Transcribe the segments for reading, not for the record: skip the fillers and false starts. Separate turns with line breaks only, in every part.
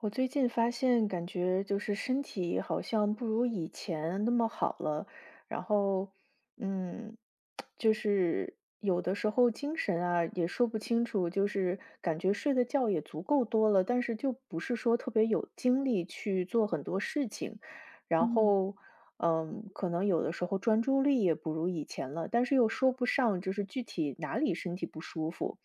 我最近发现，感觉就是身体好像不如以前那么好了，然后，嗯，就是有的时候精神啊也说不清楚，就是感觉睡的觉也足够多了，但是就不是说特别有精力去做很多事情，然
嗯
后，可能有的时候专注力也不如以前了，但是又说不上就是具体哪里身体不舒服。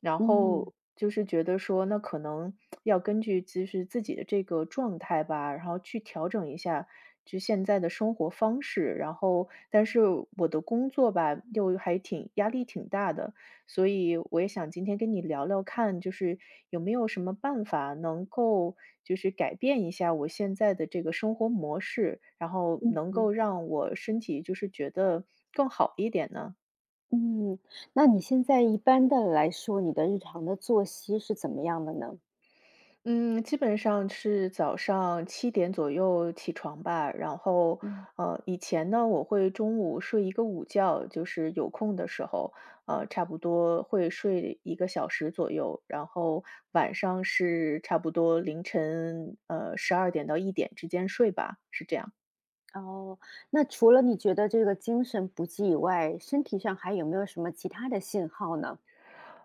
然
嗯
后就是觉得说，那可能要根据就是自己的这个状态吧，然后去调整一下就现在的生活方式。然后，但是我的工作吧，又还挺压力挺大的，所以我也想今天跟你聊聊看，就是有没有什么办法能够就是改变一下我现在的这个生活模式，然后
嗯
能
嗯
够让我身体就是觉得更好一点呢？
嗯，那你现在一般的来说，你的日常的作息是怎么样的呢？
嗯，基本上是早上7点左右起床吧，然后，
嗯，
以前呢，我会中午睡一个午觉，就是有空的时候，差不多会睡1个小时左右，然后晚上是差不多凌晨，12点到1点之间睡吧，是这样。
哦，那除了你觉得这个精神不济以外，身体上还有没有什么其他的信号呢？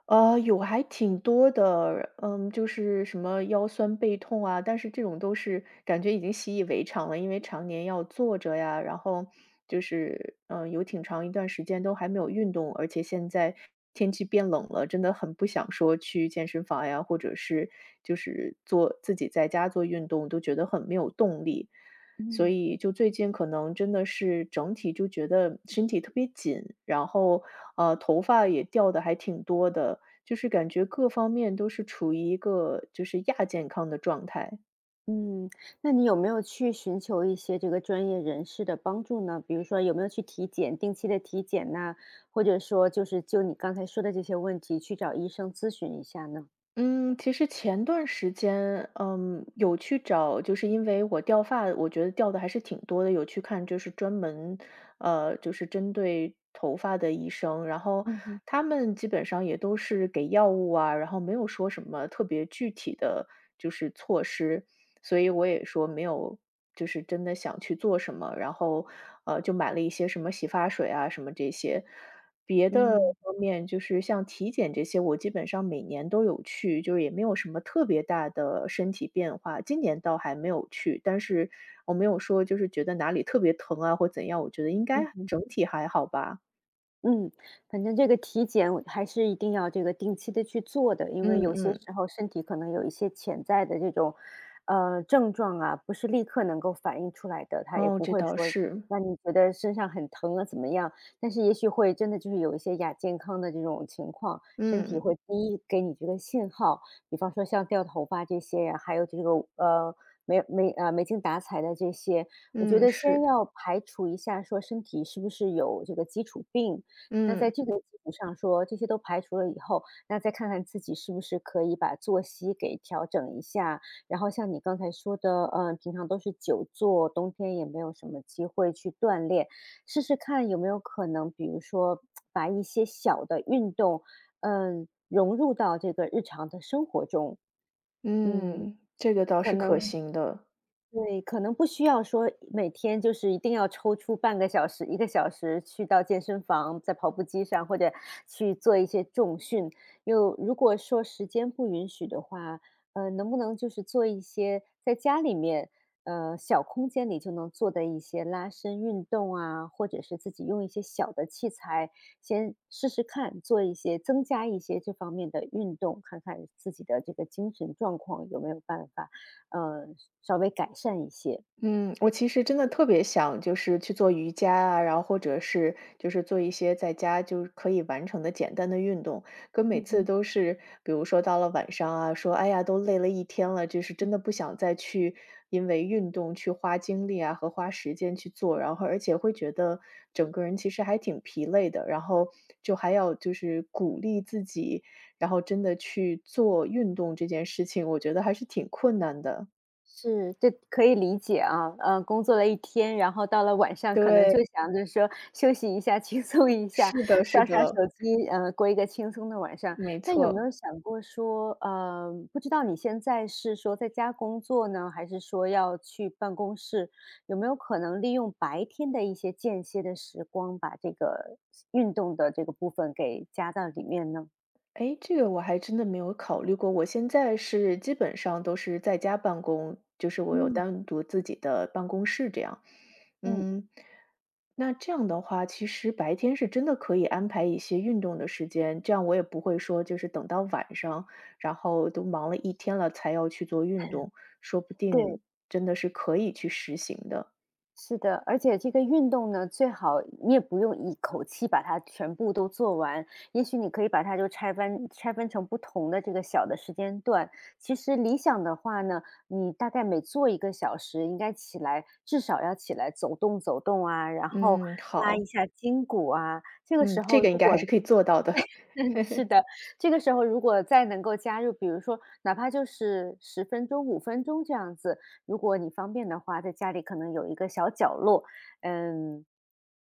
有还挺多的，就是什么腰酸背痛啊，但是这种都是感觉已经习以为常了，因为常年要坐着呀，然后就是，有挺长一段时间都还没有运动，而且现在天气变冷了，真的很不想说去健身房呀，或者是就是做自己在家做运动，都觉得很没有动力。所
嗯
以就最近可能真的是整体就觉得身体特别紧，然后头发也掉的还挺多的，就是感觉各方面都是处于一个就是亚健康的状态。
嗯，那你有没有去寻求一些这个专业人士的帮助呢？比如说有没有去体检，定期的体检呐，或者说就是就你刚才说的这些问题去找医生咨询一下呢？
嗯，其实前段时间，有去找，就是因为我掉发，我觉得掉的还是挺多的，有去看就是专门，就是针对头发的医生，然后
嗯哼，
他们基本上也都是给药物啊，然后没有说什么特别具体的就是措施，所以我也说没有，就是真的想去做什么，然后就买了一些什么洗发水啊，什么这些。别的
嗯。
方面就是像体检这些，我基本上每年都有去，就是也没有什么特别大的身体变化。今年倒还没有去，但是我没有说就是觉得哪里特别疼啊或怎样，我觉得应该整体还好吧。
嗯，反正这个体检我还是一定要这个定期的去做的，因为
嗯
有些
嗯，
时候身体可能有一些潜在的这种，症状啊，不是立刻能够反映出来的，它也
哦，
不
这
会
倒
说
是，
让你觉得身上很疼啊怎么样，但是也许会真的就是有一些亚健康的这种情况，身体
嗯，
会第一给你这个信号，比方说像掉头发这些呀，还有这个，没精打采的这些，我觉
嗯，
得先
是，
要排除一下说身体是不是有这个基础病，那在
嗯，
这个基础上说，这些都排除了以后，那再看看自己是不是可以把作息给调整一下。然后像你刚才说的，嗯，平常都是久坐，冬天也没有什么机会去锻炼，试试看有没有可能，比如说把一些小的运动，嗯，融入到这个日常的生活中。嗯，
嗯，这个倒
可
是可
能
行的。
对，可能不需要说每天就是一定要抽出半个小时、一个小时去到健身房，在跑步机上或者去做一些重训。又如果说时间不允许的话，能不能就是做一些在家里面，小空间里就能做的一些拉伸运动啊，或者是自己用一些小的器材先试试看，做一些增加一些这方面的运动，看看自己的这个精神状况有没有办法呃，稍微改善一些。
嗯，我其实真的特别想，就是去做瑜伽啊，然后或者是就是做一些在家就是可以完成的简单的运动。可每
嗯
次
哼。
都是，比如说到了晚上啊，说哎呀，都累了一天了，就是真的不想再去因为运动去花精力啊和花时间去做，然后而且会觉得整个人其实还挺疲累的，然后就还要就是鼓励自己，然后真的去做运动这件事情，我觉得还是挺困难的。
是，这可以理解啊，工作了一天，然后到了晚上可能
对，
就想着说休息一下、轻松一下，
是的，是
刷刷手
的。
机，过一个轻松的晚上。
没
但有没
错，
有想过说，不知道你现在是说在家工作呢，还是说要去办公室？有没有可能利用白天的一些间歇的时光，把这个运动的这个部分给加到里面呢？
哎，这个我还真的没有考虑过。我现在是基本上都是在家办公，就是我有
嗯。
单独自己的办公室这样。
嗯，
嗯，那这样的话，其实白天是真的可以安排一些运动的时间，这样我也不会说就是等到晚上，然后都忙了一天了才要去做运动，说不
对。
定真的是可以去实行的。
是的，而且这个运动呢，最好你也不用一口气把它全部都做完，也许你可以把它就拆分成不同的这个小的时间段。其实理想的话呢，你大概每做一个小时，应该起来至少要起来走动走动啊，然后
嗯，
拉一
好，
下筋骨啊。这个
嗯，
时候
这个
如
应该还
果
是可以做到的。
嗯，
嘿
是
嘿。
的，这个时候如果再能够加入，比如说哪怕就是10分钟、5分钟这样子，如果你方便的话，在家里可能有一个小角落，嗯，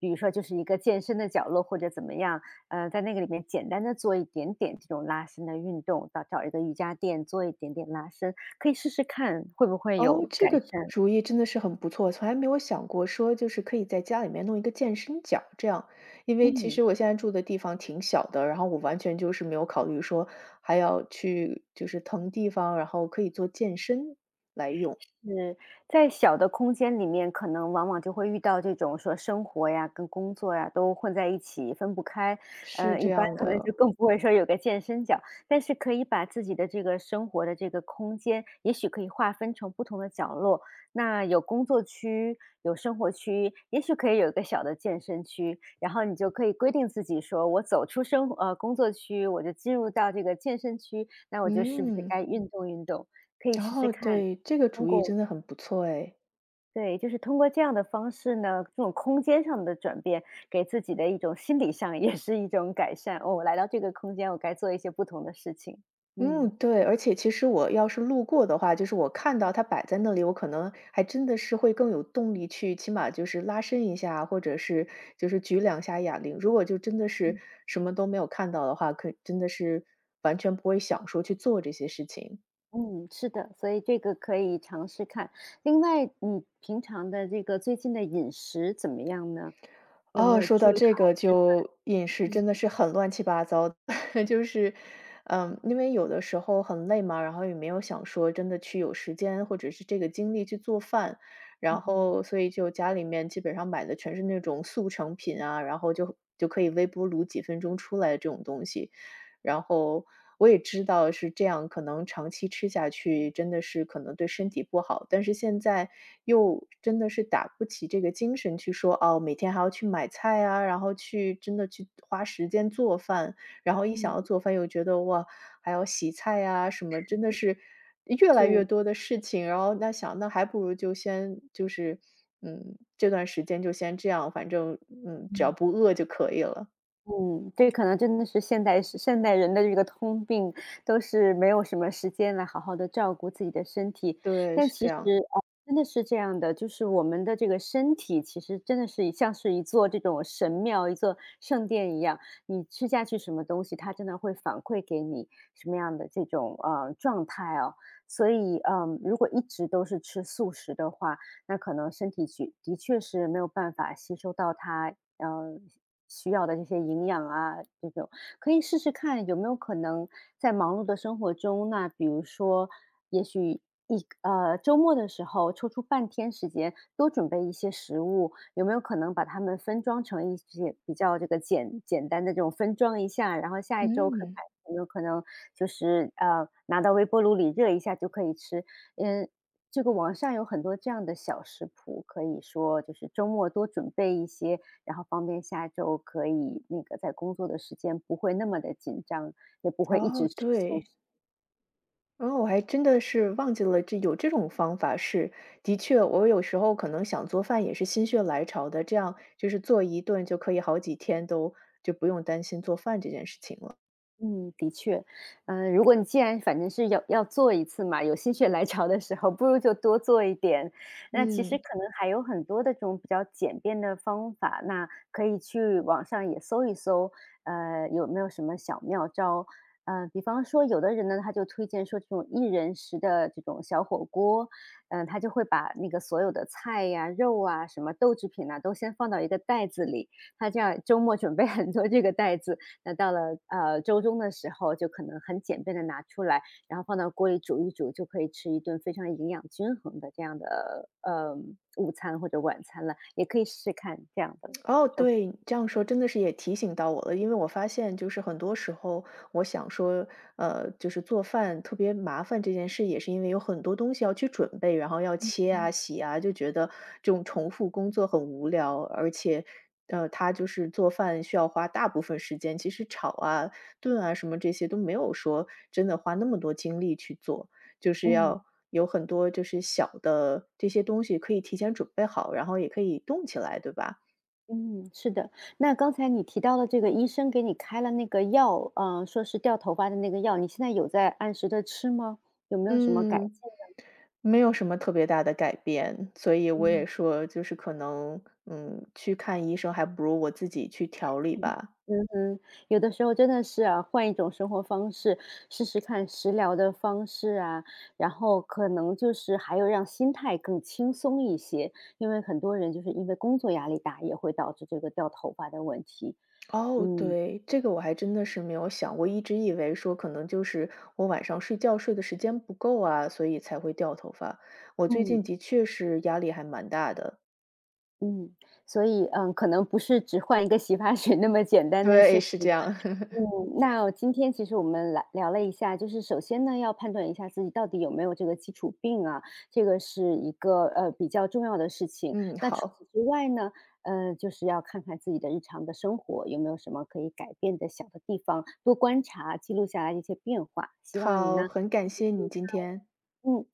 比如说就是一个健身的角落或者怎么样，在那个里面简单的做一点点这种拉伸的运动，到找一个瑜伽垫做一点点拉伸，可以试试看会不会
哦，
有
这
改
个
善。
主意真的是很不错，从来没有想过说就是可以在家里面弄一个健身角这样。因为其
嗯。
实我现在住的地方挺小的，然后我完全就是没有考虑说还要去就是腾地方，然后可以做健身来用，
是，在小的空间里面，可能往往就会遇到这种说生活呀跟工作呀都混在一起，分不开。
是
一
这
般
样
可能
的。
就更不会说有个健身角，但是可以把自己的这个生活的这个空间，也许可以划分成不同的角落。那有工作区，有生活区，也许可以有一个小的健身区，然后你就可以规定自己说，我走出工作区，我就进入到这个健身区，那我就是不是
嗯，
该运动运动？可以
然
试试
后
看，
对，这个
通
主意
过
真的很不错哎。
对，就是通过这样的方式呢，这种空间上的转变，给自己的一种心理上 也是一种改善。哦我来到这个空间，我该做一些不同的事情。
嗯，
嗯
对，而且其实我要是路过的话，就是我看到它摆在那里，我可能还真的是会更有动力去，起码就是拉伸一下，或者是就是举两下哑铃。如果就真的是什么都没有看到的话，可真的是完全不会想说去做这些事情。
嗯，是的，所以这个可以尝试看。另外，你平常的这个最近的饮食怎么样呢？有没
哦，
有
说
注
到
意
这
好好
个
吃饭？
就饮食真的是很乱七八糟的 就是，因为有的时候很累嘛，然后也没有想说真的去有时间或者是这个精力去做饭，
嗯
然
哼，
后所以就家里面基本上买的全是那种速成品啊，然后就可以微波炉几分钟出来的这种东西，然后我也知道是这样，可能长期吃下去真的是可能对身体不好，但是现在又真的是打不起这个精神去说，哦，每天还要去买菜啊，然后去真的去花时间做饭，然后一想要
嗯，
做饭又觉得哇，还要洗菜啊什么，真的是越来越
是，
多的事情，然后那想那还不如就先就是。嗯，这段时间就先这样，反正只要
嗯。
不饿就可以了。
嗯，这可能真的是现代人的这个通病，都是没有什么时间来好好的照顾自己的身体。
对，
但
是
其
这
实
样。
啊，真的是这样的，就是我们的这个身体其实真的是像是一座这种神庙，一座圣殿一样，你吃下去什么东西，它真的会反馈给你什么样的这种，状态哦。所以，嗯，如果一直都是吃素食的话，那可能身体的确是没有办法吸收到它，嗯。需要的这些营养啊，这种可以试试看有没有可能在忙碌的生活中，那比如说，也许周末的时候抽出半天时间多准备一些食物，有没有可能把它们分装成一些比较这个简简单的这种分装一下，然后下一周可能
嗯。
有没有可能就是拿到微波炉里热一下就可以吃，嗯。这个网上有很多这样的小食谱，可以说就是周末多准备一些然后方便下周可以那个在工作的时间不会那么的紧张，也不会一
哦，
直吃素食。
对，然后我还真的是忘记了这有这种方法是，的确，我有时候可能想做饭也是心血来潮的，这样就是做一顿就可以好几天都就不用担心做饭这件事情了。
嗯，的确，嗯，如果你既然反正是要做一次嘛，有心血来潮的时候，不如就多做一点。那其实
嗯。
可能还有很多的这种比较简便的方法，那可以去网上也搜一搜，有没有什么小妙招？比方说，有的人呢，他就推荐说这种一人食的这种小火锅，嗯、他就会把那个所有的菜呀、肉啊、什么豆制品呐，都先放到一个袋子里，他这样周末准备很多这个袋子，那到了，周中的时候就可能很简便的拿出来，然后放到锅里煮一煮，就可以吃一顿非常营养均衡的这样的，午餐或者晚餐了，也可以试试看这样的
哦，
生
对，你这样说真的是也提醒到我了，因为我发现就是很多时候，我想说，就是做饭特别麻烦这件事，也是因为有很多东西要去准备，然后要切
嗯。
啊、洗啊，就觉得这种重复工作很无聊，而且，他就是做饭需要花大部分时间，其实炒啊、炖啊什么这些都没有说真的花那么多精力去做，就是
嗯，
要。有很多就是小的这些东西可以提前准备好，然后也可以动起来，对吧？
嗯，是的。那刚才你提到了这个医生给你开了那个药，说是掉头发的那个药，你现在有在按时的吃吗？有没有什么改
嗯，
进？
没有什么特别大的改变，所以我
嗯。
也说就是可能，去看医生还不如我自己去调理吧。
嗯，有的时候真的是啊，换一种生活方式，试试看食疗的方式啊，然后可能就是还有让心态更轻松一些，因为很多人就是因为工作压力大，也会导致这个掉头发的问题。
哦，
嗯
对，这个我还真的是没有想过，一直以为说可能就是我晚上睡觉睡的时间不够啊，所以才会掉头发。我最近
嗯
的确是压力还蛮大的。
嗯，所以嗯，可能不是只换一个洗发水那么简单的事
对，是
情。
这样。
嗯，那今天其实我们来聊了一下，就是首先呢，要判断一下自己到底有没有这个基础病啊，这个是一个比较重要的事情。
嗯，
那除
好，
此之外呢，就是要看看自己的日常的生活有没有什么可以改变的小的地方，多观察，记录下来一些变化。希望你
好，
呢，
很感谢你今天。
嗯，